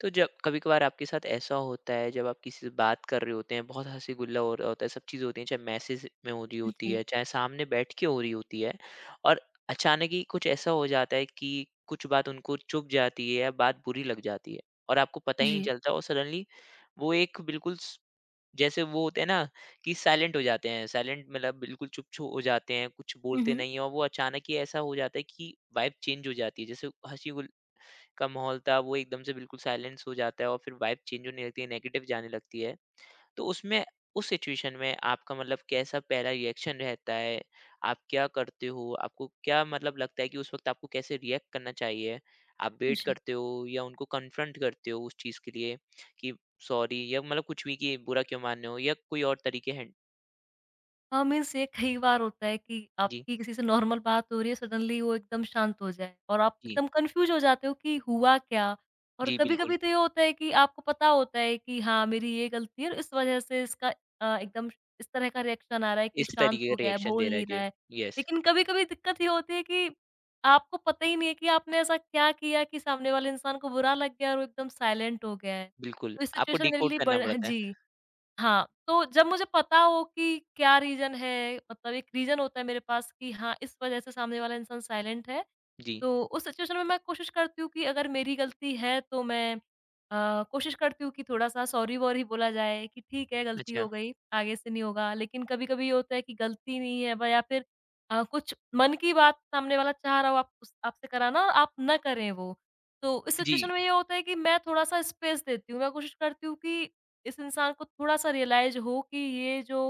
तो जब कभी-कभार आपके साथ ऐसा होता है जब आप किसी से बात कर रहे होते हैं, बहुत हँसी-गुल्ला हो रहा होता है, सब चीज़ें होती हैं, चाहे मैसेज में हो रही होती है, जी, चाहे सामने बैठ के हो रही होती है और अचानक ही कुछ ऐसा हो जाता है कि कुछ बात उनको चुभ जाती है या बात बुरी लग जाती है और आपको पता ही नहीं जी। चलता और सडनली वो एक बिल्कुल स जैसे वो होते हैं ना कि साइलेंट हो जाते हैं, साइलेंट मतलब बिल्कुल चुप छो हो जाते हैं, कुछ हुँ, बोलते हुँ। नहीं हैं और वो अचानक ही ऐसा हो जाता है कि वाइब चेंज हो जाती है। जैसे हँसी-गुल का माहौल था, वो एकदम से बिल्कुल साइलेंस हो जाता है और फिर वाइब चेंज होने लगती है, नेगेटिव जाने लगती है। तो उसमें उस सिचुएशन में आपका मतलब कैसा पहला रिएक्शन रहता है? आप क्या करते हो? आपको क्या मतलब लगता है कि उस वक़्त आपको कैसे रिएक्ट करना चाहिए? आप वेट जी। करते हो या उनको कन्फ्रंट करते हो उस चीज़ के लिए कि सॉरी या मतलब कुछ भी कि बुरा क्यों मान रहे हो या कोई और तरीके हैं? हाँ, मीन्स ये कई बार होता है कि जी, आपकी किसी से नॉर्मल बात हो रही है, सडनली वो एकदम शांत हो जाए और आप जी। एकदम कन्फ्यूज़ हो जाते हो कि हुआ क्या? और जी, बिल्कुल। कभी-कभी तो ये होता है कि आपको पता होता है कि हाँ, मेरी ये गलती है और इस वजह से इसका एकदम इस तरह का रिएक्शन आ रहा है कि इस शांत तरीके हो का गया है, रिएक्शन दे बोल रहा है नहीं रहा जी। है। येस, लेकिन कभी-कभी दिक्कत ये होती है कि आपको पता ही नहीं है कि आपने ऐसा क्या किया कि सामने वाले इंसान को बुरा लग गया और वो एकदम साइलेंट हो गया है। बिल्कुल। तो ये आपको सिचुएशन मेरे डिकोड लिए करना बड़ हाँ पड़ता है। जी। हाँ, तो जब मुझे पता हो कि क्या रीज़न है, मतलब एक रीज़न होता है मेरे पास कि हाँ, इस वज़ह से सामने वाला इंसान साइलेंट है, जी, तो उस सिचुएशन में मैं कोशिश करती हूँ कि अगर मेरी गलती है तो मैं कोशिश करती हूँ कि थोड़ा-सा सॉरी-वॉरी बोला जाए कि ठीक है गलती अच्छा। हो गई, आगे से नहीं होगा। लेकिन कभी-कभी ये होता है कि गलती नहीं है ब या फिर कुछ मन की बात सामने वाला चाह रहा हो आप उस आपसे कराना और आप ना करें वो। तो इस जी। सिचुएशन में ये होता है कि मैं थोड़ा-सा स्पेस देती हूँ। मैं कोशिश करती हूँ कि इस इंसान को थोड़ा-सा रियलाइज़ हो कि ये जो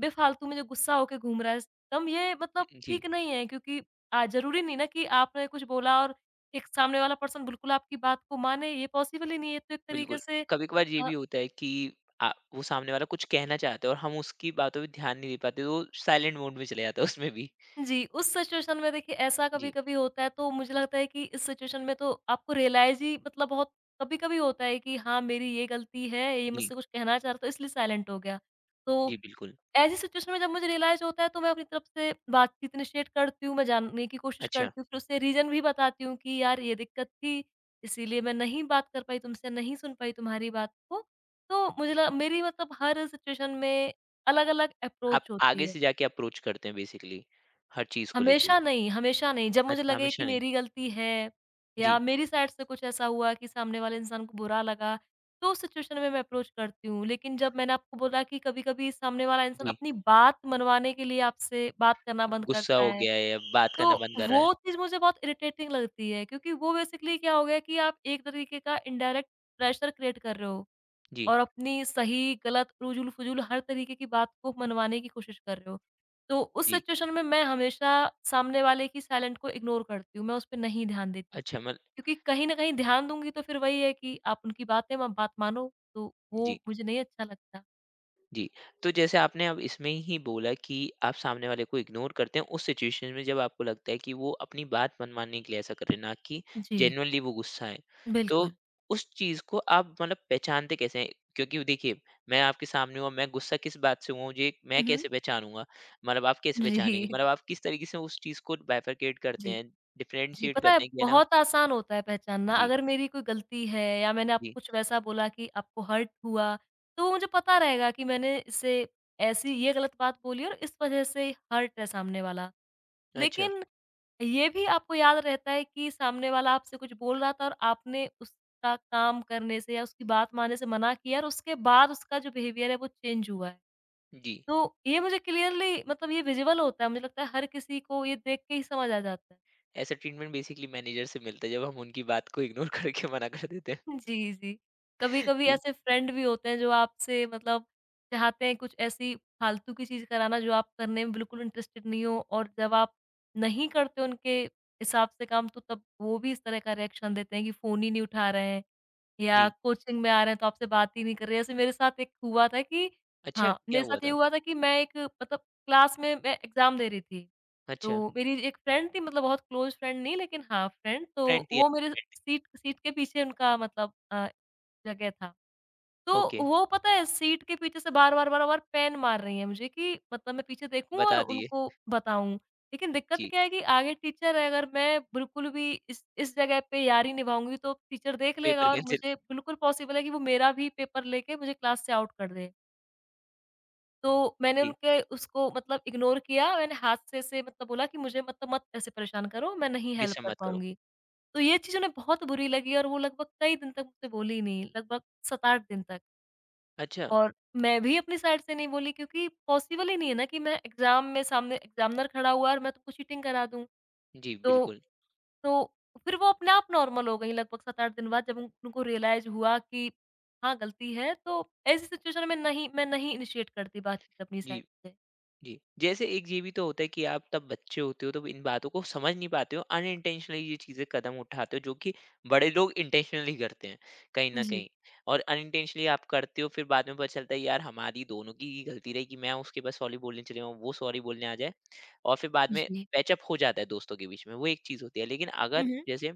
बेफ़ालतू में जो गुस्सा होके घूम रहा है इस दम, ये मतलब जी, ठीक नहीं है, क्योंकि ज़रूरी नहीं ना कि आपने कुछ बोला और एक सामने वाला पर्सन बिल्कुल आपकी बात को माने, ये पॉसिबल ही नहीं है। तो एक तरीके बिल्कुल। से कभी-कभार ये अ, भी होता है कि अ, वो सामने वाला कुछ कहना चाहता है और हम उसकी बातों पे ध्यान नहीं दे पाते, तो साइलेंट मोड में चले जाता है उसमें भी। जी। उस सिचुएशन में देखिए ऐसा जी, कभी-कभी होता है, तो मुझे लगता है कि इस सिचुएशन में तो आपको रियलाइज़ ही मतलब बहुत कभी-कभी होता है कि हाँ, मेरी ये गलती है, ये जी, मुझसे कुछ कहना चाह रहा था इसलिए साइलेंट हो गया। जी, तो बिल्कुल। ऐसी सिचुएशन में जब मुझे रियलाइज़ होता है तो मैं अपनी तरफ से बातचीत इनिशिएट करती हूँ, मैं जानने की कोशिश अच्छा, करती हूँ, फिर उससे रीज़न भी बताती हूँ कि यार ये दिक्कत थी, इसीलिए मैं नहीं बात कर पाई तुमसे, नहीं सुन पाई तुम्हारी बात को। तो मुझे ल मेरी मतलब हर सिचुएशन में अलग-अलग आप अप्रोच आगे होती है। से जाके अप्रोच करते हैं बेसिकली, हर चीज़ को लेके। हमेशा नहीं, हमेशा नहीं। जब मुझे अच्छा, लगे कि हमेशा नहीं। मेरी गलती है या जी, मेरी साइड से कुछ ऐसा हुआ कि सामने वाले इंसान को बुरा लगा, तो उस सिचुएशन में मैं अप्रोच करती हूँ। लेकिन जब मैंने आपको बोला कि कभी-कभी सामने वाला इंसान जी, अपनी बात मनवाने के लिए आपसे बात करना बंद गुस्सा करता हो है, गया है या बात तो करना बंद कर रहा है। वो चीज़ मुझे बहुत इरिटेटिंग लगती है, क्योंकि वो बेसिकली क्या हो गया कि आप एक तरीके का इनडायरेक्ट प्रेशर क्रिएट कर रहे हो। जी, और अपनी सही, गलत, फ़ुज़ूल-फ़ुज़ूल हर तरीके की बात को मनवाने की कोशिश कर रहे हो। तो उस जी। सिचुएशन में मैं हमेशा सामने वाले की साइलेंट को इग्नोर करती हूँ, मैं उस पे नहीं ध्यान देती। अच्छा मत क्योंकि कहीं न कहीं ध्यान दूँगी तो फिर वही है कि आप उनकी बात है, म बात मानो, तो वो जी। मुझे नहीं अच्छा लगता। जी, तो जैसे आपने अब इसमें ही बोला कि आप सामने वाले को इग्नोर करते हैं उस सिचुएशन में जब आपको लगता है कि वो अपनी बात मनवाने के लिए ऐसा कर रहे हैं, ना कि जी, जेन्युइनली वो गुस्सा है। तो बिल्कुल। उस चीज़ को आप मतलब पहचानते कैसे हैं? क्योंकि देखिए, मैं आपके सामने हूँ और मैं गुस्सा किस बात से हुआ हूँ, ये मैं हुँ, हुँ। कैसे पहचानूँगा? मतलब आप कैसे पहचानेंगे? जी, मतलब आप किस तरीके से उस चीज़ को बाइफरकेट करते जी। हैं, जी, डिफरेंशिएट पता है करते हैं कि है ना बहुत आसान होता है पहचानना, जी, अगर मेरी कोई गलती है या मैंने आपको जी। कुछ वैसा बोला कि आपको हर्ट हुआ, तो मुझे पता रहेगा कि मैंने इसे ऐसी ये गलत बात बोली और इस वज़ह से हर्ट है सामने वाला। अच्छा, लेकिन ये भी आपको याद रहता है कि सामने वाला आपसे कुछ बोल रहा था और आपने उसका काम करने से या उसकी बात मानने से मना किया और उसके बाद उसका जो बिहेवियर है वो चेंज हुआ है। जी। तो ये मुझे क्लियरली मतलब ये विज़िबल होता है, मुझे लगता है हर किसी को ये देख के ही समझ आ जाता है। ऐसा ट्रीटमेंट बेसिकली मैनेजर से मिलता है जब हम उनकी बात को इग्नोर करके मना कर देते हैं। जी, जी। कभी-कभी जी, ऐसे फ्रेंड भी होते हैं जो आपसे मतलब चाहते हैं कुछ ऐसी फालतू की चीज़ कराना जो आप करने में बिल्कुल इंटरेस्टेड नहीं हो, और जब आप नहीं करते उनके हिसाब से काम तो तब वो भी इस तरह का रिएक्शन देते हैं कि फ़ोन ही नहीं उठा रहे हैं या जी। कोचिंग में आ रहे हैं तो आपसे बात ही नहीं कर रहे हैं। ऐसे मेरे साथ एक हुआ था कि अच्छा, हाँ, क्या मेरे हुआ साथ ये था? हुआ था कि मैं एक मतलब क्लास में मैं एग्ज़ाम दे रही थी। अच्छा, तो मेरी एक फ्रेंड थी, मतलब बहुत क्लोज़ फ्रेंड नहीं लेकिन हाँ, फ्रेंड फ्रेंड तो थी वो मेरे आपकी फ्रेंड। सीट सीट के पीछे उनका मतलब जगह था। तो ओके, वो, पता है, सीट के पीछे से बार-बार, बार-बार पैन मार रही हैं मुझे कि मतलब मैं पीछे देखूँ और बता दिए। उनको बताऊँ। लेकिन दिक्कत जी, क्या है कि आगे टीचर है, अगर मैं बिल्कुल भी इस जगह पे यारी निभाऊँगी तो टीचर देख लेगा पेपर और कैंसल मुझे बिल्कुल पॉसिबल है कि वो मेरा भी पेपर लेके मुझे क्लास से आउट कर दे। तो मैंने जी, उनके उसको मतलब इग्नोर किया। मैंने हाथ से ऐसे मतलब बोला कि मुझे मतलब मत ऐसे परेशान करो, मैं नहीं हेल्प डिस्टर्ब कर मत करो। पाऊँगी। तो ये चीज़ उन्हें बहुत बुरी लगी और वो लगभग कई दिन तक मुझसे बोली नहीं, लगभग 7-8 दिन तक। अच्छा, और मैं भी अपनी साइड से नहीं बोली क्योंकि पॉसिबल ही नहीं है ना कि मैं एग्ज़ाम में सामने एग्ज़ामिनर खड़ा हुआ है और मैं तुमको चीटिंग करा दूँ। जी, तो बिल्कुल। तो फिर वो अपने आप नॉर्मल हो गई लगभग 7-8 दिन बाद, जब उन उनको रियलाइज़ हुआ कि हाँ, गलती है, तो ऐसी सिचुएशन में मैं नहीं इनिशिएट करती बातचीत अपनी जी, साइड से। जी। जैसे एक ये भी तो होता है कि आप तब बच्चे होते हो, तो इन बातों को समझ नहीं पाते हो, अनइंटेंशनली ये चीज़ें कदम उठाते हो, जो कि बड़े लोग इंटेंशनली करते हैं, कहीं न जी। कहीं। और अनइंटेंशनली आप करते हो, फिर बाद में पता चलता है, यार, हमारी दोनों की ही गलती रही कि मैं उसके पास सॉरी बोलने चले जाऊँ, वो सॉरी बोलने आ जाए। और फिर बाद में जी। पैचअप हो जाता है दोस्तों के बीच में, वो एक चीज़ होती है। लेकिन हुँ, अगर हुँ। जैसे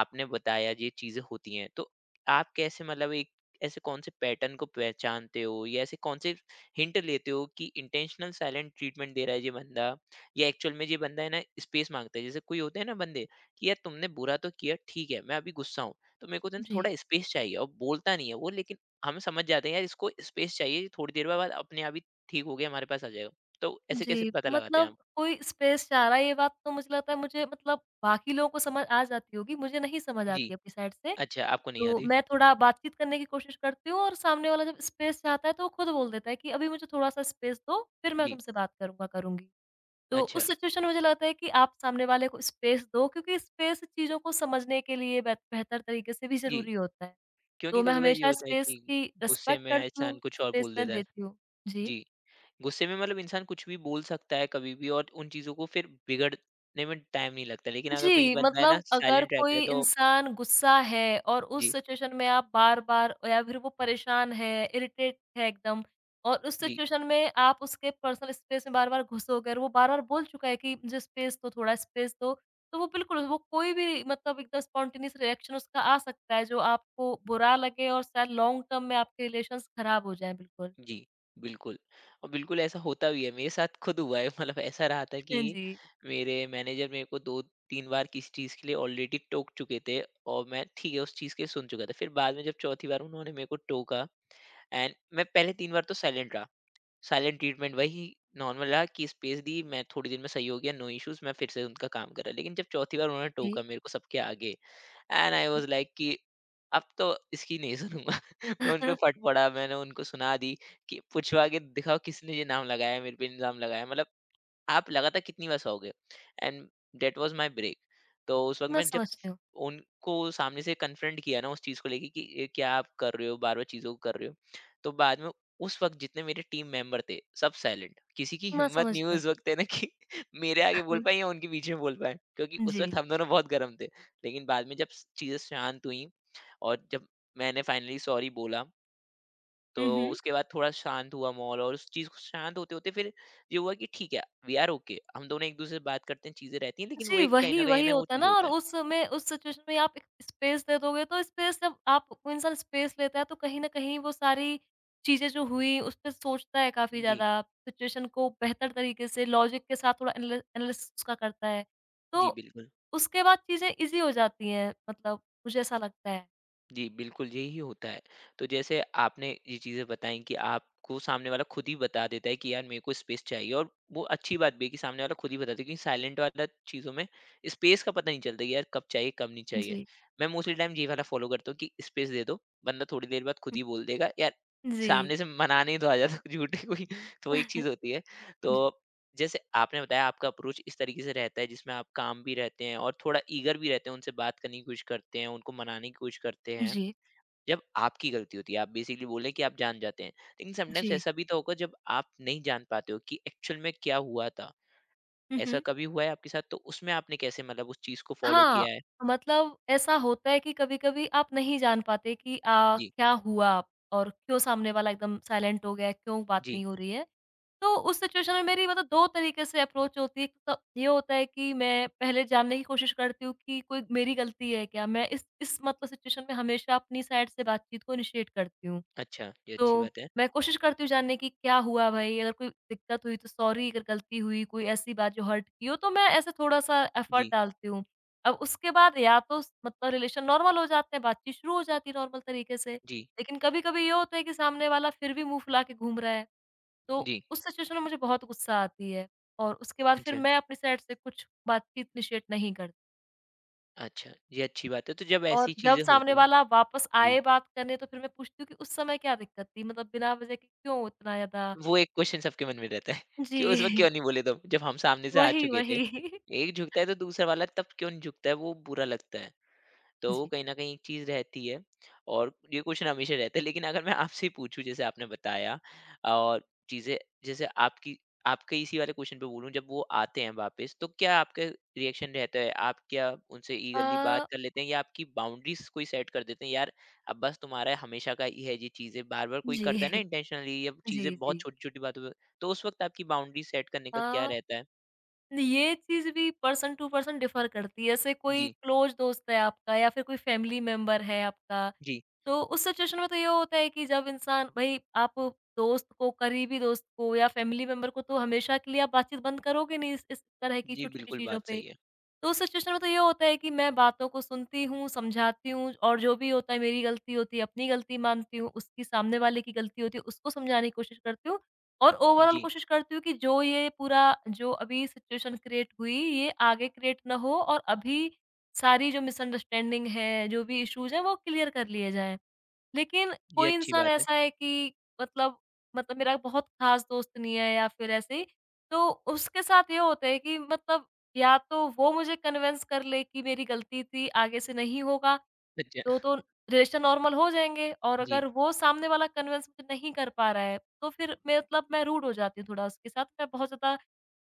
आपने बताया ये चीज़ें होती हैं, तो आप कैसे मतलब एक ऐसे कौन से पैटर्न को पहचानते हो या ऐसे कौन से हिंट लेते हो कि इंटेंशनल साइलेंट ट्रीटमेंट दे रहा है ये बंदा या एक्चुअल में ये बंदा है ना स्पेस माँगता है। जैसे कोई होते हैं ना बंदे कि यार तुमने बुरा तो किया, ठीक है, मैं अभी गुस्सा हूँ, तो मेरे को तो ना जी। थोड़ा स्पेस चाहिए और बोलता नहीं है वो लेकिन हम समझ जाते हैं यार इसको स्पेस चाहिए, ये थोड़ी देर बाद अपने आप ही ठीक हो गया, हमारे पास आ जाएगा। तो ऐसे कैसे जी, पता लगाते हैं मतलब आप? कोई स्पेस चाह रहा है, ये बात तो मुझे लगता है मुझे मतलब बाकी लोगों को समझ आ जाती होगी, मुझे नहीं समझ जी। आती अपनी साइड से। अच्छा, आपको नहीं तो आती? मैं थोड़ा बातचीत करने की कोशिश करती हूँ और सामने वाला जब स्पेस चाहता है तो वो खुद बोल देता है कि अभी मुझे थोड़ा-सा स्पेस दो, फिर मैं जी। तुमसे बात करूँगा, करूँगी। तो अच्छा, उस सिचुएशन में मुझे लगता है कि आप सामने वाले को स्पेस दो क्योंकि स्पेस चीज़ों को समझने के लिए बेहतर तरीके से भी जी। ज़रूरी होता है। क्योंकि तो मैं कभी-कभार ये हमेशा होता है स्पेस कि की गुस्से रिस्पेक्ट में करती हूँ, इंसान कुछ और स्पेस बोल मैं देता है। देती हूँ। जी। जी, गुस्से में मतलब इंसान कुछ भी बोल सकता है कभी भी और उन चीज़ों को फिर बिगड़ने में टाइम नहीं लगता। लेकिन अगर कोई जी, बंदा है ना मतलब अगर साइलेंट रहता है कोई तो इंसान गुस्सा है और उस जी, सिचुएशन में आप बार-बार या फिर वो परेशान है, इरिटेट है एकदम, और उस जी, सिचुएशन में आप उसके पर्सनल स्पेस में बार-बार घुसोगे और वो बार-बार बोल चुका है कि मुझे स्पेस दो, थोड़ा स्पेस दो, तो वो कोई भी मतलब एकदम स्पॉन्टेनियस रिएक्शन उसका आ सकता है जो आपको बुरा लगे और शायद लॉन्ग टर्म में आपके रिलेशंस खराब हो जाएँ बिल्कुल। जी, बिल्कुल। और बिल्कुल ऐसा होता भी है, मेरे साथ खुद हुआ है मतलब ऐसा रहा था हाँ कि जी, मेरे मैनेजर मेरे को 2-3 बार किसी चीज़ के लिए ऑलरेडी टोक चुके थे और मैं ठीक है उस चीज़ के लिए सुन चुका था। फिर बाद में जब चौथी बार उन्होंने मेरे को टोका एंड मैं पहले 3 बार तो साइलेंट रहा। साइलेंट ट्रीटमेंट वही नॉर्मल रहा कि स्पेस दी, मैं थोड़ी देर में सही हो गया, नो इश्यूज़, मैं फिर से उनका काम करा। लेकिन जब चौथी बार उन्होंने जी। टोका मेरे को सबके आगे एंड आई वाज़ लाइक कि अब तो इसकी नहीं सुनूँगा। मैं उन पे फट पड़ा, मैंने उनको सुना दी कि पूछवा के दिखाओ किसने ये नाम लगाया है, मेरे पे इल्ज़ाम लगाया है। मतलब आप लगातार कितनी बार सोओगे? And that was my break. तो उस वक़्त मैं मैं जब समझती हूँ, उनको सामने से कन्फ्रंट किया ना उस चीज़ को लेके कि ये क्या आप कर रहे हो? बार-बार चीज़ों को कर रहे हो। तो बाद में उस वक़्त जितने मेरे टीम मेंबर थे, सब साइलेंट। किसी की मैं हिम्मत समझ नहीं रही हुई हूँ। उस वक़्त है ना कि मेरे आगे बोल पाएँ या उनके बीच में बोल पाएँ, क्योंकि उस जी। वक़्त हम दोनों बहुत गर्म थे। लेकिन बाद में जब स चीज़ें शांत हुईं और जब मैंने फाइनली सॉरी बोला तो हुँ, हुँ। उसके बाद थोड़ा शांत हुआ माहौल और उस चीज़ को शांत होते-होते फिर ये हुआ कि ठीक है, वी आर ओके हम दोनों एक-दूसरे से बात करते हैं, चीज़ें रहती हैं लेकिन वो जी, एक कहीं न वही, कहीं है वही ना वो होता है चीज़ ना, होता और है। उस समय उस सिचुएशन में आप एक स्पेस दे दोगे तो स्पेस जब आप कोई इंसान स्पेस लेता है तो कहीं न कहीं वो सारी चीज़ें जो हुई उस पे सोचता है काफ़ी जी। ज़्यादा, सिचुएशन को बेहतर तरीके से लॉजिक के साथ थोड़ा एनालिसिस उसका करता है। तो जी, बिल्कुल। उसके बाद चीज़ें ईज़ी हो जाती हैं, मतलब मुझे ऐसा लगता है। जी, बिल्कुल यही होता है। तो जैसे आपने ये चीज़ें बताई कि आपको सामने वाला खुद ही बता देता है कि यार मेरे को स्पेस चाहिए और वो अच्छी बात भी है कि सामने वाला खुद ही बताता है क्योंकि साइलेंट वाला चीज़ों में स्पेस का पता नहीं चलता कि यार कब चाहिए, कब नहीं चाहिए। जी। मैं मोस्टली टाइम ये वाला फ़ॉलो करता हूँ कि स्पेस दे दो, बंदा थोड़ी देर बाद खुद ही बोल देगा। यार जी। सामने से मनाने ही तो आ जाता झूठ की कोई तो वो एक जी। चीज़ होती है। तो जी। जैसे आपने बताया आपका अप्रोच इस तरीके से रहता है जिसमें आप काम भी रहते हैं और थोड़ा ईगर भी रहते हैं उनसे बात करने की कोशिश करते हैं उनको मनाने की कोशिश करते हैं जी। जब आपकी गलती होती है आप बेसिकली बोले कि आप जान जाते हैं लेकिन जी। समटाइम्स ऐसा भी तो होगा जब आप नहीं जान पाते हो कि एक्चुअल में क्या हुआ था हुँ, ऐसा हुँ। कभी हुआ है आपके साथ तो उसमें आपने कैसे मतलब उस चीज को फॉलो हाँ, किया है। मतलब ऐसा होता है कि कभी-कभी आप नहीं जान पाते कि जी। क्या हुआ और क्यों सामने वाला एकदम साइलेंट हो गया है, क्यों बात जी, नहीं हो रही है। तो उस सिचुएशन में मेरी मतलब 2 तरीके से अप्रोच होती है। तो ये होता है कि मैं पहले जानने की कोशिश करती हूँ कि कोई मेरी गलती है क्या? मैं इस मतलब सिचुएशन में हमेशा अपनी साइड से बातचीत को इनिशिएट करती हूँ। अच्छा ये तो अच्छी बात है। मैं कोशिश करती हूँ जानने की क्या हुआ भाई? अगर कोई दिक्कत हुई तो सॉरी, अगर गलती हुई, कोई ऐसी बात जो हर्ट की हो, तो मैं ऐसे थोड़ा-सा एफर्ट जी, डालती हूँ। अब उसके बाद या तो स मतलब रिलेशन नॉर्मल हो जाते हैं, बातचीत शुरू हो जाती है नॉर्मल तरीके से। जी, लेकिन कभी-कभी ये होता है कि सामने वाला फिर भी मुँह फुला के घूम रहा है, तो जी। उस सिचुएशन में मुझे बहुत गुस्सा आती है और उसके बाद फिर अच्छा, मैं अपनी साइड से कुछ बातचीत इनिशिएट नहीं करती। अच्छा ये अच्छी बात है तो जब और ऐसी जब चीजें सामने होती हैं। वाला वापस जी, आए बात करने तो फिर मैं पूछती हूँ कि उस समय क्या दिक्कत थी? मतलब बिना वज़ह के क्यों इतना ज़्यादा? वो एक क्वेश्चन सबके मन में रहता है कि उस वक़्त जी। क्यों नहीं बोले तुम? जब हम सामने से आ वही, चुके थे। वही। एक झुकता है तो दूसरा वाला तब क्यों नहीं झुकता है, वो बुरा लगता है। तो वो जी। कहीं न कहीं एक चीज़ रहती है और ये क्वेश्चन हमेशा रहता है। लेकिन अगर मैं आपसे ही पूछूँ जैसे आपने बताया और चीज़ें जैसे आपकी आपके इसी वाले क्वेश्चन पे बोलूँ जब वो आते हैं वापस तो क्या आपका रिएक्शन रहता है? आप क्या उनसे ईगरली बात अ, कर लेते हैं या आपकी बाउंड्रीज़ कोई सेट कर देते हैं? यार अब बस तुम्हारा हमेशा का ही है ये चीज़ें बार-बार कोई करता है ना जी। इंटेंशनली या चीज़ें जी, बहुत जी। छोटी-छोटी बातों पे तो उस वक़्त आपकी बाउंड्री सेट करने का अ, क्या रहता है? ये चीज़ भी पर्सन टू पर्सन डिफ़र करती है। जैसे कोई जी, क्लोज़ दोस्त है आपका या फिर कोई फैमिली मेंबर है आपका, जी। तो उस सिचुएशन में तो ये होता है कि जब इंसान भई आप दोस्त को, करीबी दोस्त को या फैमिली मेंबर को, तो हमेशा के लिए आप बातचीत बंद करोगे नहीं इस तरह की जी, छोटी-छोटी बिल्कुल चीज़ों बात पे। सही है। तो उस सिचुएशन में तो ये होता है कि मैं बातों को सुनती हूँ, समझाती हूँ, और जो भी होता है मेरी गलती होती है, अपनी गलती मानती हूँ, उसकी सामने वाले की गलती होती है, उसको समझाने की कोशिश करती हूँ, और ओवरऑल जी, कोशिश करती हूँ कि जो ये पूरा जो अभी सिचुएशन क्रिएट हुई, ये आगे क्रिएट ना हो, और अभी सारी जो मिसअंडरस्टैंडिंग है, जो भी इश्यूज़ हैं, वो क्लियर कर लिए जाएँ। लेकिन ये कोई अच्छी इंसान बात है। ऐसा है कि मतलब मतलब मेरा बहुत खास दोस्त नहीं है या फिर ऐसे ही, तो उसके साथ ये होता है कि मतलब या तो वो मुझे कन्विंस कर ले कि मेरी गलती थी, आगे से नहीं होगा, अच्छा, तो रिलेशन नॉर्मल हो जाएँगे, और जी। अगर वो सामने वाला कन्विंस मुझे नहीं कर पा रहा है, तो फिर मैं रूड हो जाती हूँ थोड़ा उसके साथ। मैं बहुत ज़्यादा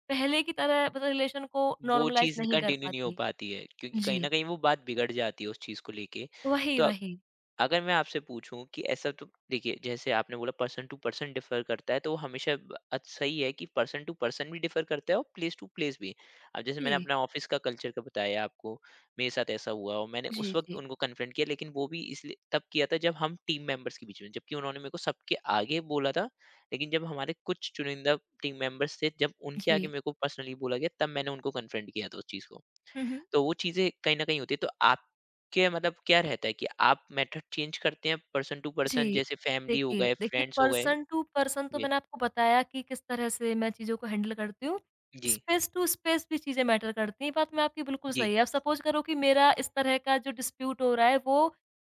पहले की तरह मतलब रिलेशन को वो नॉर्मलाइज़ चीज़ नहीं कर कंटिन्यू नहीं हो पाती। पाती है, क्योंकि कहीं न जी, कहीं वो बात बिगड़ जाती है उस चीज़ को लेके। वही, तो वही। अगर मैं आपसे पूछूं कि ऐसा तो देखिए जैसे आपने बोला पर्सन टू पर्सन डिफर करता है तो वो हमेशा सही है कि पर्सन टू पर्सन भी डिफर करता है और प्लेस टू प्लेस भी अब जैसे मैंने जी, अपना ऑफिस का कल्चर का बताया आपको मेरे साथ ऐसा हुआ और मैंने उस जी, वक्त जी, उनको कन्फ्रंट किया लेकिन वो भी इसलिए तब किया था जब हम टीम मेंबर्स के बीच में जबकि उन्होंने मेरे को सबके आगे बोला था लेकिन जब हमारे कुछ चुनिंदा टीम मेंबर्स थे जब उनके जी। आगे मेरे को पर्सनली बोला गया तब मैंने उनको कन्फ्रंट किया था उस चीज़ को तो वो चीज़ें कहीं न कहीं होती है। तो आपके मतलब क्या रहता है कि आप मेथड चेंज करते हैं पर्सन टू पर्सन जी। जैसे फैमिली हो देखिए गए, देखिए, फ्रेंड्स हो गए? पर्सन टू पर्सन तो ये मैंने आपको बताया कि किस तरह से मैं चीज़ों को हैंडल करती हूँ। जी, स्पेस टू स्पेस भी चीज़ें मैटर करती हैं, ये बात में आपकी बिल्कुल जी, सही है। अब सपोज़ करो कि मेरा इस तरह का जो डिस्प्यूट हो रहा है वो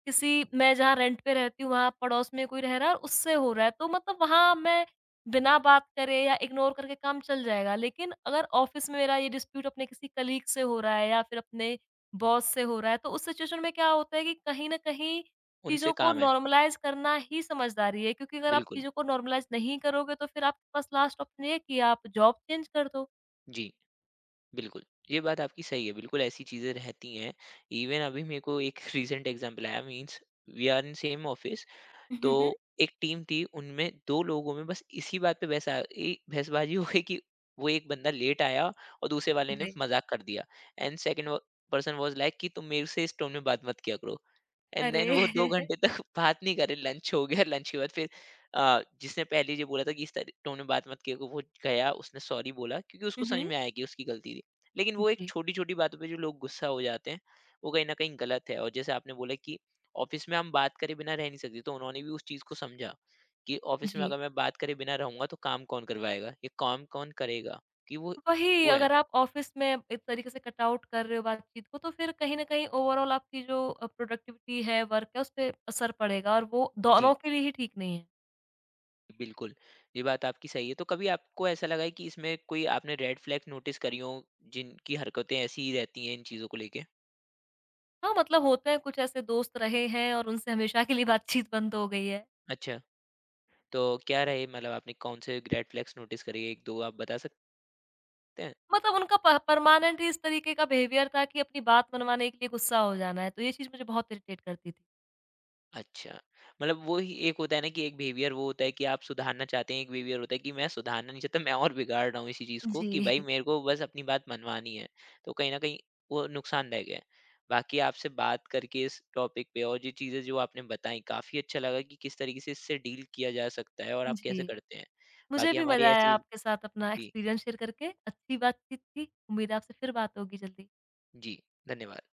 किसी मैं जहाँ रेंट पे रहती हूँ, वहाँ पड़ोस में कोई रह रहा है और उससे हो रहा है, तो मतलब वहाँ मैं बिना बात करे या इग्नोर करके काम चल जाएगा। लेकिन अगर ऑफ़िस में मेरा ये डिस्प्यूट अपने किसी कलीग से हो रहा है या फिर अपने बॉस से हो रहा है, तो उस सिचुएशन में क्या होता है कि कहीं न कहीं उनसे चीज़ों को काम है। नॉर्मलाइज़ करना ही समझदारी है, क्योंकि अगर आप बिल्कुल, चीज़ों को नॉर्मलाइज़ नहीं करोगे तो फिर आपके पास लास्ट ऑप्शन ये है कि आप जॉब चेंज कर दो। जी, बिल्कुल। ये बात आपकी सही है, बिल्कुल ऐसी चीज़ें रहती हैं। इवन अभी मेरे को एक रीसेंट एग्ज़ाम्पल आया means we are in same office तो हुँ, हुँ। एक टीम थी उनमें 2 लोगों में बस इसी बात पे बहसबाजी हो गई कि वो एक बंदा लेट आया और दूसरे वाले ने अरे! मजाक कर दिया and second person was like कि तुम मेरे से इस टोन में बात मत किया करो एंड अरे! देन वो 2 घंटे तक बात नहीं करे, लंच हो गया, लंच के बाद फिर जिसने पहले ये बोला था कि इस तरी टोन में बात मत किया करो, वो गया, उसने सॉरी बोला क्योंकि उसको हुँ, समझ हुँ। में आया कि उसकी गलती थी। लेकिन वो एक जी, छोटी-छोटी बातों पे जो लोग गुस्सा हो जाते हैं, वो कहीं न कहीं गलत है और जैसे आपने बोला कि ऑफ़िस में हम बात करे बिना रह नहीं सकते, तो उन्होंने भी उस चीज़ को समझा कि ऑफ़िस में जी। अगर मैं बात करे बिना रहूँगा, तो काम कौन करवाएगा? ये काम कौन करेगा? कि वही, वो है। अगर आप ऑफ़िस में एक तरीके से कट आउट कर रहे हो बातचीत को तो फिर कहीं न कहीं ओवरऑल आपकी जो प्रोडक्टिविटी है, वर्क है, उसपे असर पड़ेगा और वो जी। दोनों के लिए ही ठीक नहीं है। बिल्कुल, ये बात आपकी सही है। तो कभी आपको ऐसा लगा है कि इसमें कोई आपने रेड फ्लैग नोटिस करी हों, जिनकी हरकतें ऐसी ही रहती हैं इन चीज़ों को लेके? हाँ, मतलब होते हैं कुछ ऐसे दोस्त रहे हैं और उनसे हमेशा के लिए बातचीत बंद हो गई है। अच्छा। तो क्या रहे मतलब आपने कौन से रेड फ्लैग्स नोटिस करे? 1-2 आप बता सकते हैं? मतलब उनका प परमानेंट ही इस तरीके का बिहेवियर था कि अपनी बात मनवाने के लिए गुस्सा हो जाना है, तो ये चीज़ मुझे बहुत इरिटेट करती थी। अच्छा, मतलब वो ही एक होता है ना कि एक बिहेवियर वो होता है कि आप सुधारना चाहते हैं, एक बिहेवियर होता है कि मैं सुधारना नहीं चाहता, मैं और बिगाड़ रहा हूँ इसी चीज़ को जी, कि भाई मेरे को बस अपनी बात मनवानी है। तो कहीं न कहीं वो नुकसानदायक है। बाकी आपसे बात करके इस टॉपिक पे और ये चीज़ें जो आपने बताई काफ़ी अच्छा लगा कि किस तरीके से इससे डील किया जा सकता है और आप जी। कैसे करते हैं। मुझे बाकी भी हमारी मज़ा आया ऐसी आपके साथ अपना जी, एक्सपीरियंस शेयर करके, अच्छी बातचीत थी। उम्मीद है आपसे फिर बात होगी जल्दी। जी, धन्यवाद।